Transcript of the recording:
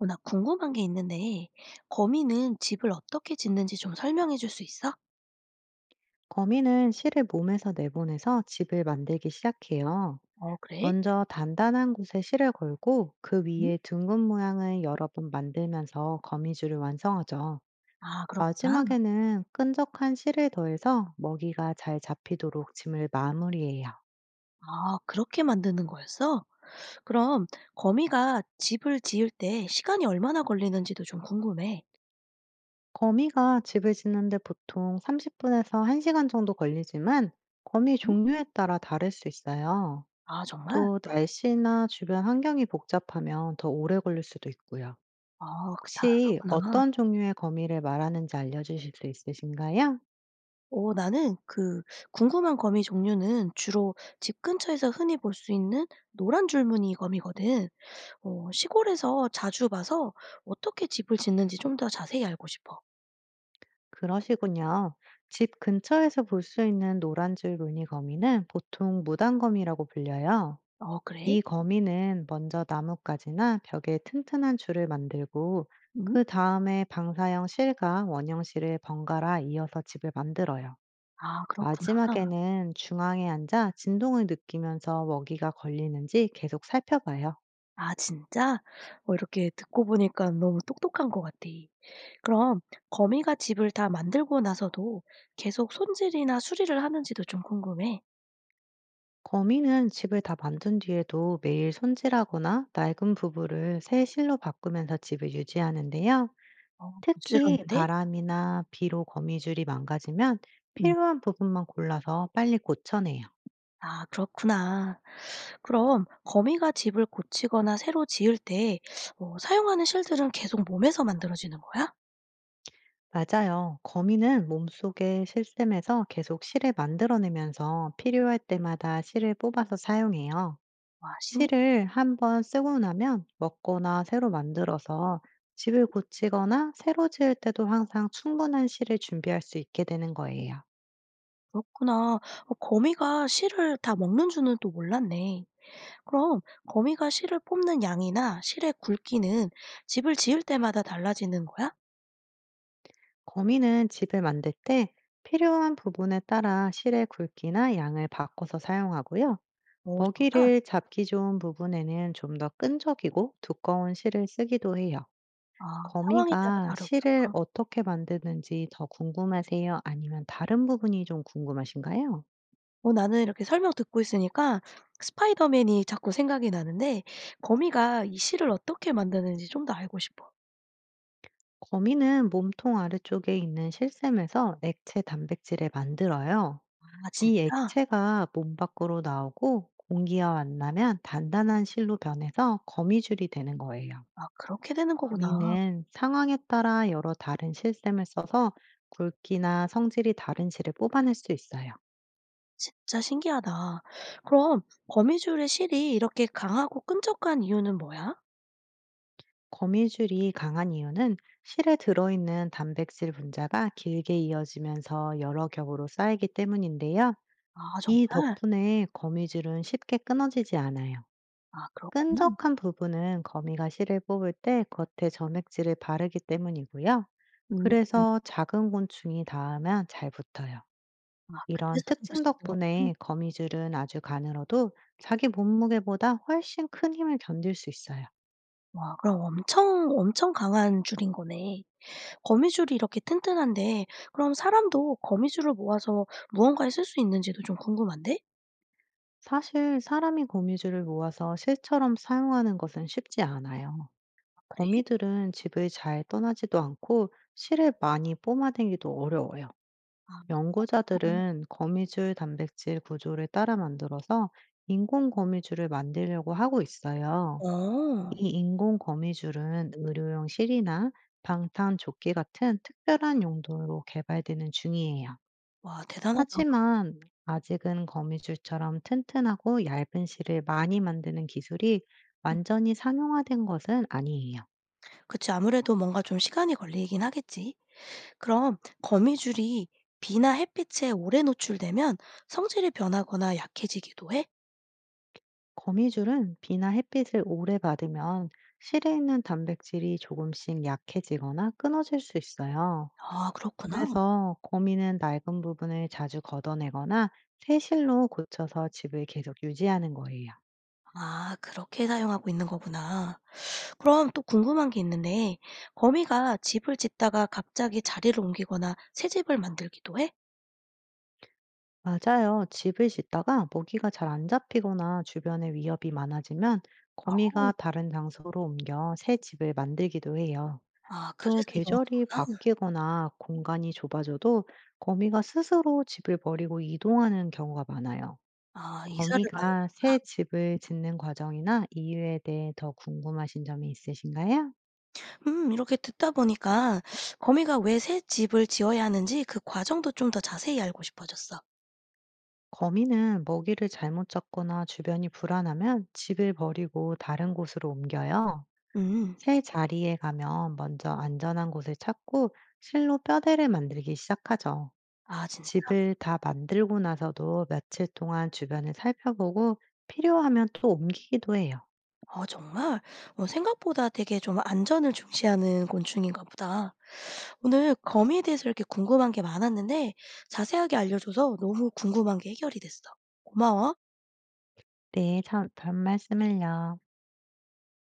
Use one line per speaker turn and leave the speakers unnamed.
나 궁금한 게 있는데, 거미는 집을 어떻게 짓는지 좀 설명해 줄 수 있어?
거미는 실을 몸에서 내보내서 집을 만들기 시작해요.
그래?
먼저 단단한 곳에 실을 걸고, 그
응?
위에 둥근 모양을 여러 번 만들면서 거미줄을 완성하죠.
아, 그렇구나.
마지막에는 끈적한 실을 더해서 먹이가 잘 잡히도록 짐을 마무리해요.
아, 그렇게 만드는 거였어? 그럼 거미가 집을 지을 때 시간이 얼마나 걸리는지도 좀 궁금해.
거미가 집을 짓는데 보통 30분에서 1시간 정도 걸리지만, 거미
응?
종류에 따라 다를 수 있어요.
아, 정말?
또 날씨나 주변 환경이 복잡하면 더 오래 걸릴 수도 있고요.
아, 그
혹시
다르구나.
어떤 종류의 거미를 말하는지 알려주실 수 있으신가요?
나는 그 궁금한 거미 종류는 주로 집 근처에서 흔히 볼 수 있는 노란 줄무늬 거미거든. 시골에서 자주 봐서 어떻게 집을 짓는지 좀 더 자세히 알고 싶어.
그러시군요. 집 근처에서 볼 수 있는 노란줄 무늬 거미는 보통 무단거미라고 불려요.
어 그래?
이 거미는 먼저 나뭇가지나 벽에 튼튼한 줄을 만들고,
응.
그 다음에 방사형 실과 원형 실을 번갈아 이어서 집을 만들어요.
아 그렇구나.
마지막에는 중앙에 앉아 진동을 느끼면서 먹이가 걸리는지 계속 살펴봐요.
아 진짜? 어 이렇게 듣고 보니까 너무 똑똑한 것 같아. 그럼 거미가 집을 다 만들고 나서도 계속 손질이나 수리를 하는지도 좀 궁금해.
거미는 집을 다 만든 뒤에도 매일 손질하거나 낡은 부부를 새 실로 바꾸면서 집을 유지하는데요.
어
특히
부지런한데?
바람이나 비로 거미줄이 망가지면,
응.
필요한 부분만 골라서 빨리 고쳐내요.
아 그렇구나. 그럼 거미가 집을 고치거나 새로 지을 때 사용하는 실들은 계속 몸에서 만들어지는 거야?
맞아요. 거미는 몸속의 실샘에서 계속 실을 만들어내면서, 필요할 때마다 실을 뽑아서 사용해요.
와 신기
실을 한번 쓰고 나면 먹거나 새로 만들어서, 집을 고치거나 새로 지을 때도 항상 충분한 실을 준비할 수 있게 되는 거예요.
그렇구나. 어 거미가 실을 다 먹는 줄은 또 몰랐네. 그럼 거미가 실을 뽑는 양이나 실의 굵기는 집을 지을 때마다 달라지는 거야?
거미는 집을 만들 때 필요한 부분에 따라 실의 굵기나 양을 바꿔서 사용하고요.
오, 정말?
먹이를 잡기 좋은 부분에는 좀 더 끈적이고 두꺼운 실을 쓰기도 해요.
아, 상황에 따라
거미가
다르구나.
실을 어떻게 만드는지 더 궁금하세요? 아니면 다른 부분이 좀 궁금하신가요?
나는 이렇게 설명 듣고 있으니까 스파이더맨이 자꾸 생각이 나는데 거미가 이 실을 어떻게 만드는지 좀 더 알고 싶어.
거미는 몸통 아래쪽에 있는 실샘에서 액체 단백질을 만들어요.
아,
이
진짜?
액체가 몸 밖으로 나오고 공기와 만나면, 단단한 실로 변해서 거미줄이 되는 거예요.
아, 그렇게 되는 거구나.
거미는 상황에 따라 여러 다른 실샘을 써서, 굵기나 성질이 다른 실을 뽑아낼 수 있어요.
진짜 신기하다. 그럼 거미줄의 실이 이렇게 강하고 끈적한 이유는 뭐야?
거미줄이 강한 이유는, 실에 들어있는 단백질 분자가 길게 이어지면서 여러 겹으로 쌓이기 때문인데요.
아,
이
정말?
덕분에 거미줄은 쉽게 끊어지지 않아요.
아, 그렇구나.
끈적한 부분은 거미가 실을 뽑을 때 겉에 점액질을 바르기 때문이고요.
음, 음.
그래서 작은 곤충이 닿으면 잘 붙어요.
아,
이런
그래서 잡을
특징
수 있는 거구나.
덕분에 거미줄은 아주 가늘어도, 자기 몸무게보다 훨씬 큰 힘을 견딜 수 있어요.
와 그럼 엄청 강한 줄인 거네. 거미줄이 이렇게 튼튼한데 그럼 사람도 거미줄을 모아서 무언가에 쓸 수 있는지도 좀 궁금한데?
사실 사람이 거미줄을 모아서 실처럼 사용하는 것은 쉽지 않아요.
아 그래?
거미들은 집을 잘 떠나지도 않고, 실을 많이 뿜아대기도 어려워요.
아. 음.
연구자들은 거미줄 단백질 구조를 따라 만들어서 인공 거미줄을 만들려고 하고 있어요.
어.
이 인공 거미줄은 의료용 실이나 방탄 조끼 같은 특별한 용도로 개발되는 중이에요.
와 대단하다.
하지만 아직은 거미줄처럼 튼튼하고 얇은 실을 많이 만드는 기술이 완전히 상용화된 것은 아니에요.
그치 아무래도 뭔가 좀 시간이 걸리긴 하겠지. 그럼 거미줄이 비나 햇빛에 오래 노출되면 성질이 변하거나 약해지기도 해?
거미줄은 비나 햇빛을 오래 받으면, 실에 있는 단백질이 조금씩 약해지거나 끊어질 수 있어요.
아 그렇구나.
그래. 서 거미는 낡은 부분을 자주 걷어내거나, 새 실로 고쳐서 집을 계속 유지하는 거예요.
아 그렇게 사용하고 있는 거구나. 그럼 또 궁금한 게 있는데 거미가 집을 짓다가 갑자기 자리를 옮기거나 새 집을 만들기도 해?
맞아요. 집을 짓다가 모기가 잘 안 잡히거나 주변에 위협이 많아지면,
어.
거미가 다른 장소로 옮겨 새 집을 만들기도 해요.
아 그래서
또 계절이
이동하는구나.
바뀌거나 공간이 좁아져도, 거미가 스스로 집을 버리고 이동하는 경우가 많아요.
아 이사를 가는
거미가 새 집을 짓는 과정이나 이유에 대해 더 궁금하신 점이 있으신가요?
이렇게 듣다 보니까 거미가 왜 새 집을 지어야 하는지 그 과정도 좀 더 자세히 알고 싶어졌어.
거미는 먹이를 잘못 잡거나 주변이 불안하면, 집을 버리고 다른 곳으로 옮겨요.
음.
새 자리에 가면 먼저 안전한 곳을 찾고, 실로 뼈대를 만들기 시작하죠.
아 진짜?
집을 다 만들고 나서도 며칠 동안 주변을 살펴보고, 필요하면 또 옮기기도 해요.
아 정말? 어 생각보다 되게 좀 안전을 중시하는 곤충인가 보다. 오늘 거미에 대해서 이렇게 궁금한 게 많았는데 자세하게 알려줘서 너무 궁금한 게 해결이 됐어. 고마워.
네, 참, 별 말씀을요.